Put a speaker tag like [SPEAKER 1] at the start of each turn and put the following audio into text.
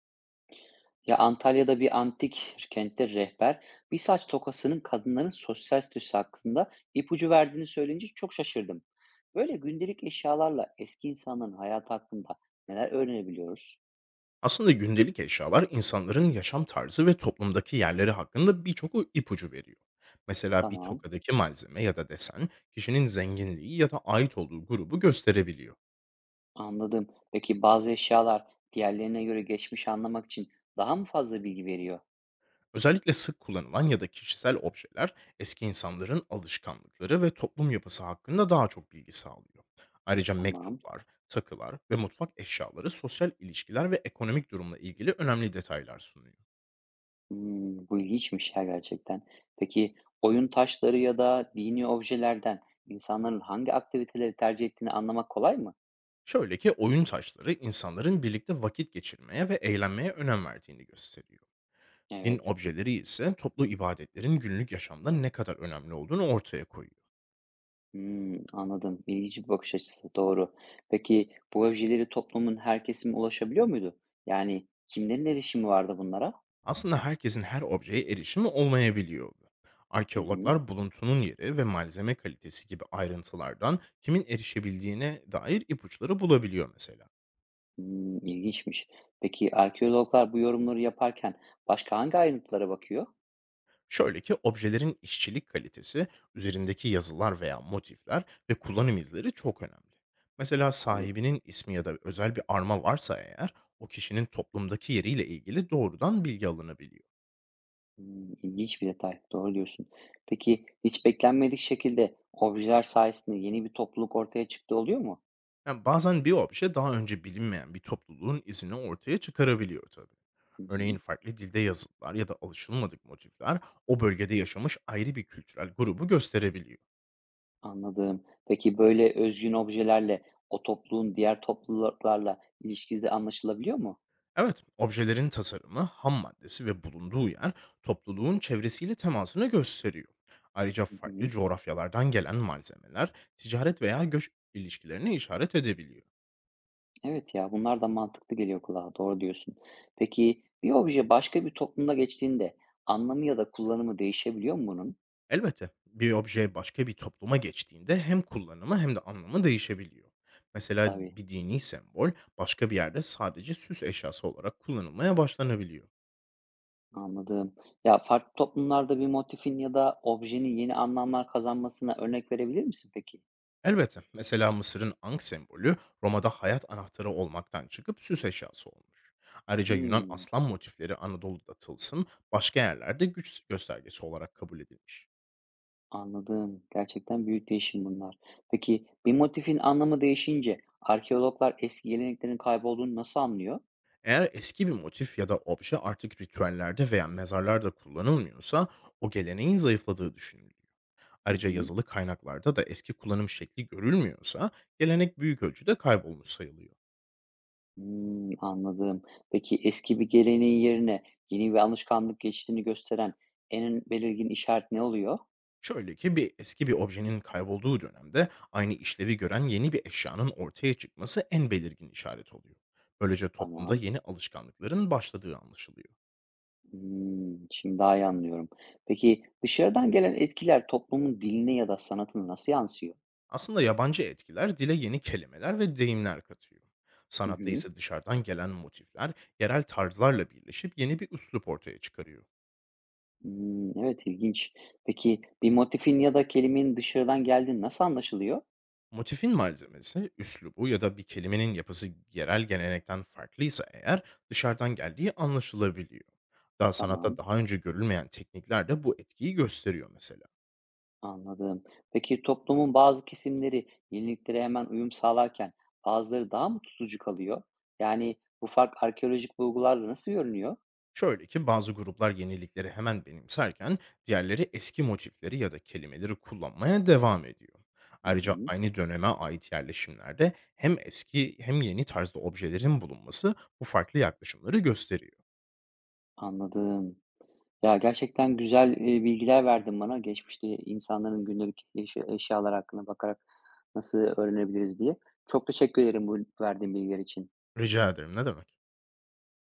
[SPEAKER 1] Ya Antalya'da bir antik kentte rehber bir saç tokasının kadınların sosyal statüsü hakkında ipucu verdiğini söyleyince çok şaşırdım. Böyle gündelik eşyalarla eski insanların hayatı hakkında neler öğrenebiliyoruz?
[SPEAKER 2] Aslında gündelik eşyalar insanların yaşam tarzı ve toplumdaki yerleri hakkında birçok ipucu veriyor. Mesela bir
[SPEAKER 1] Tamam,
[SPEAKER 2] tokadaki malzeme ya da desen kişinin zenginliği ya da ait olduğu grubu gösterebiliyor.
[SPEAKER 1] anladım. Peki bazı eşyalar diğerlerine göre geçmişi anlamak için daha mı fazla bilgi veriyor?
[SPEAKER 2] Özellikle sık kullanılan ya da kişisel objeler eski insanların alışkanlıkları ve toplum yapısı hakkında daha çok bilgi sağlıyor. Ayrıca
[SPEAKER 1] Tamam.
[SPEAKER 2] mektuplar, takılar ve mutfak eşyaları sosyal ilişkiler ve ekonomik durumla ilgili önemli detaylar sunuyor.
[SPEAKER 1] Hmm, bu ilginçmiş ya gerçekten. Peki oyun taşları ya da dini objelerden insanların hangi aktiviteleri tercih ettiğini anlamak kolay mı?
[SPEAKER 2] Şöyle ki oyun taşları insanların birlikte vakit geçirmeye ve eğlenmeye önem verdiğini gösteriyor. Din
[SPEAKER 1] Evet.
[SPEAKER 2] objeleri ise toplu ibadetlerin günlük yaşamda ne kadar önemli olduğunu ortaya koyuyor.
[SPEAKER 1] Hımm, anladım. İlginç bir bakış açısı, doğru. Peki, bu objeleri toplumun her kesimi ulaşabiliyor muydu? Yani kimlerin erişimi vardı bunlara?
[SPEAKER 2] Aslında herkesin her objeye erişimi olmayabiliyordu.
[SPEAKER 1] Hı hı.
[SPEAKER 2] Arkeologlar buluntunun yeri ve malzeme kalitesi gibi ayrıntılardan kimin erişebildiğine dair ipuçları bulabiliyor mesela.
[SPEAKER 1] Hımm, ilginçmiş. Peki, arkeologlar bu yorumları yaparken başka hangi ayrıntılara bakıyor?
[SPEAKER 2] Şöyle ki objelerin işçilik kalitesi, üzerindeki yazılar veya motifler ve kullanım izleri çok önemli. Mesela
[SPEAKER 1] Tabii.
[SPEAKER 2] sahibinin ismi ya da özel bir arma varsa eğer, o kişinin toplumdaki yeriyle ilgili doğrudan bilgi alınabiliyor.
[SPEAKER 1] Hımm, ilginç bir detay, doğru diyorsun. Peki, hiç beklenmedik şekilde objeler sayesinde yeni bir topluluk ortaya çıktı oluyor mu?
[SPEAKER 2] Yani bazen bir obje daha önce bilinmeyen bir topluluğun izini ortaya çıkarabiliyor tabii.
[SPEAKER 1] Hı
[SPEAKER 2] Örneğin
[SPEAKER 1] hı.
[SPEAKER 2] farklı dilde yazılar ya da alışılmadık motifler o bölgede yaşamış ayrı bir kültürel grubu gösterebiliyor.
[SPEAKER 1] Anladım. Peki, böyle özgün objelerle o topluluğun diğer topluluklarla ilişkisi anlaşılabiliyor mu?
[SPEAKER 2] Evet, objelerin tasarımı, ham maddesi ve bulunduğu yer topluluğun çevresiyle temasını gösteriyor. Ayrıca
[SPEAKER 1] Hı
[SPEAKER 2] farklı
[SPEAKER 1] hı.
[SPEAKER 2] coğrafyalardan gelen malzemeler ticaret veya göç ilişkilerine işaret edebiliyor.
[SPEAKER 1] Evet ya, bunlar da mantıklı geliyor kulağa. Doğru diyorsun. Peki, bir obje başka bir toplumda geçtiğinde anlamı ya da kullanımı değişebiliyor mu bunun?
[SPEAKER 2] Elbette bir obje başka bir topluma geçtiğinde hem kullanımı hem de anlamı değişebiliyor. Mesela
[SPEAKER 1] Tabii,
[SPEAKER 2] bir dini sembol başka bir yerde sadece süs eşyası olarak kullanılmaya başlanabiliyor.
[SPEAKER 1] anladım. Ya, farklı toplumlarda bir motifin ya da objenin yeni anlamlar kazanmasına örnek verebilir misin peki?
[SPEAKER 2] Elbette. Mesela Mısır'ın ank sembolü Roma'da hayat anahtarı olmaktan çıkıp süs eşyası olmuş. Ayrıca Yunan
[SPEAKER 1] Hımm.
[SPEAKER 2] aslan motifleri Anadolu'da tılsım, başka yerlerde güç göstergesi olarak kabul edilmiş.
[SPEAKER 1] Anladım. Gerçekten büyük değişim bunlar. Peki bir motifin anlamı değişince arkeologlar eski geleneklerin kaybolduğunu nasıl anlıyor?
[SPEAKER 2] Eğer eski bir motif ya da obje artık ritüellerde veya mezarlarda kullanılmıyorsa, o geleneğin zayıfladığı düşünülüyor.
[SPEAKER 1] Hı
[SPEAKER 2] Ayrıca
[SPEAKER 1] hı.
[SPEAKER 2] yazılı kaynaklarda da eski kullanım şekli görülmüyorsa gelenek büyük ölçüde kaybolmuş sayılıyor.
[SPEAKER 1] Hmm, anladım. Peki eski bir geleneğin yerine yeni bir alışkanlık geçtiğini gösteren en belirgin işaret ne oluyor?
[SPEAKER 2] Şöyle ki eski bir objenin kaybolduğu dönemde aynı işlevi gören yeni bir eşyanın ortaya çıkması en belirgin işaret oluyor. Böylece toplumda
[SPEAKER 1] Tamam.
[SPEAKER 2] yeni alışkanlıkların başladığı anlaşılıyor.
[SPEAKER 1] Hmm, şimdi daha iyi anlıyorum. Peki dışarıdan gelen etkiler toplumun diline ya da sanatına nasıl yansıyor?
[SPEAKER 2] Aslında yabancı etkiler dile yeni kelimeler ve deyimler katıyor.
[SPEAKER 1] Hı
[SPEAKER 2] Sanatta
[SPEAKER 1] hı.
[SPEAKER 2] ise dışarıdan gelen motifler yerel tarzlarla birleşip yeni bir üslup ortaya çıkarıyor.
[SPEAKER 1] Hmm, evet ilginç. Peki bir motifin ya da kelimenin dışarıdan geldiği nasıl anlaşılıyor?
[SPEAKER 2] Motifin malzemesi, üslubu ya da bir kelimenin yapısı yerel gelenekten farklıysa eğer, dışarıdan geldiği anlaşılabiliyor. Daha sanatta
[SPEAKER 1] Tamam,
[SPEAKER 2] daha önce görülmeyen teknikler de bu etkiyi gösteriyor mesela.
[SPEAKER 1] anladım. Peki toplumun bazı kesimleri yeniliklere hemen uyum sağlarken bazıları daha mı tutucu kalıyor? Yani bu fark arkeolojik bulgularla nasıl görünüyor?
[SPEAKER 2] Şöyle ki bazı gruplar yenilikleri hemen benimserken diğerleri eski motifleri ya da kelimeleri kullanmaya devam ediyor.
[SPEAKER 1] Hı
[SPEAKER 2] Ayrıca
[SPEAKER 1] hı,
[SPEAKER 2] aynı döneme ait yerleşimlerde hem eski hem yeni tarzda objelerin bulunması bu farklı yaklaşımları gösteriyor.
[SPEAKER 1] anladım. Ya gerçekten bilgiler verdin bana. Geçmişte insanların eşyalar hakkında bakarak nasıl öğrenebiliriz diye. Çok teşekkür ederim bu verdiğin bilgiler için.
[SPEAKER 2] Rica ederim, ne demek?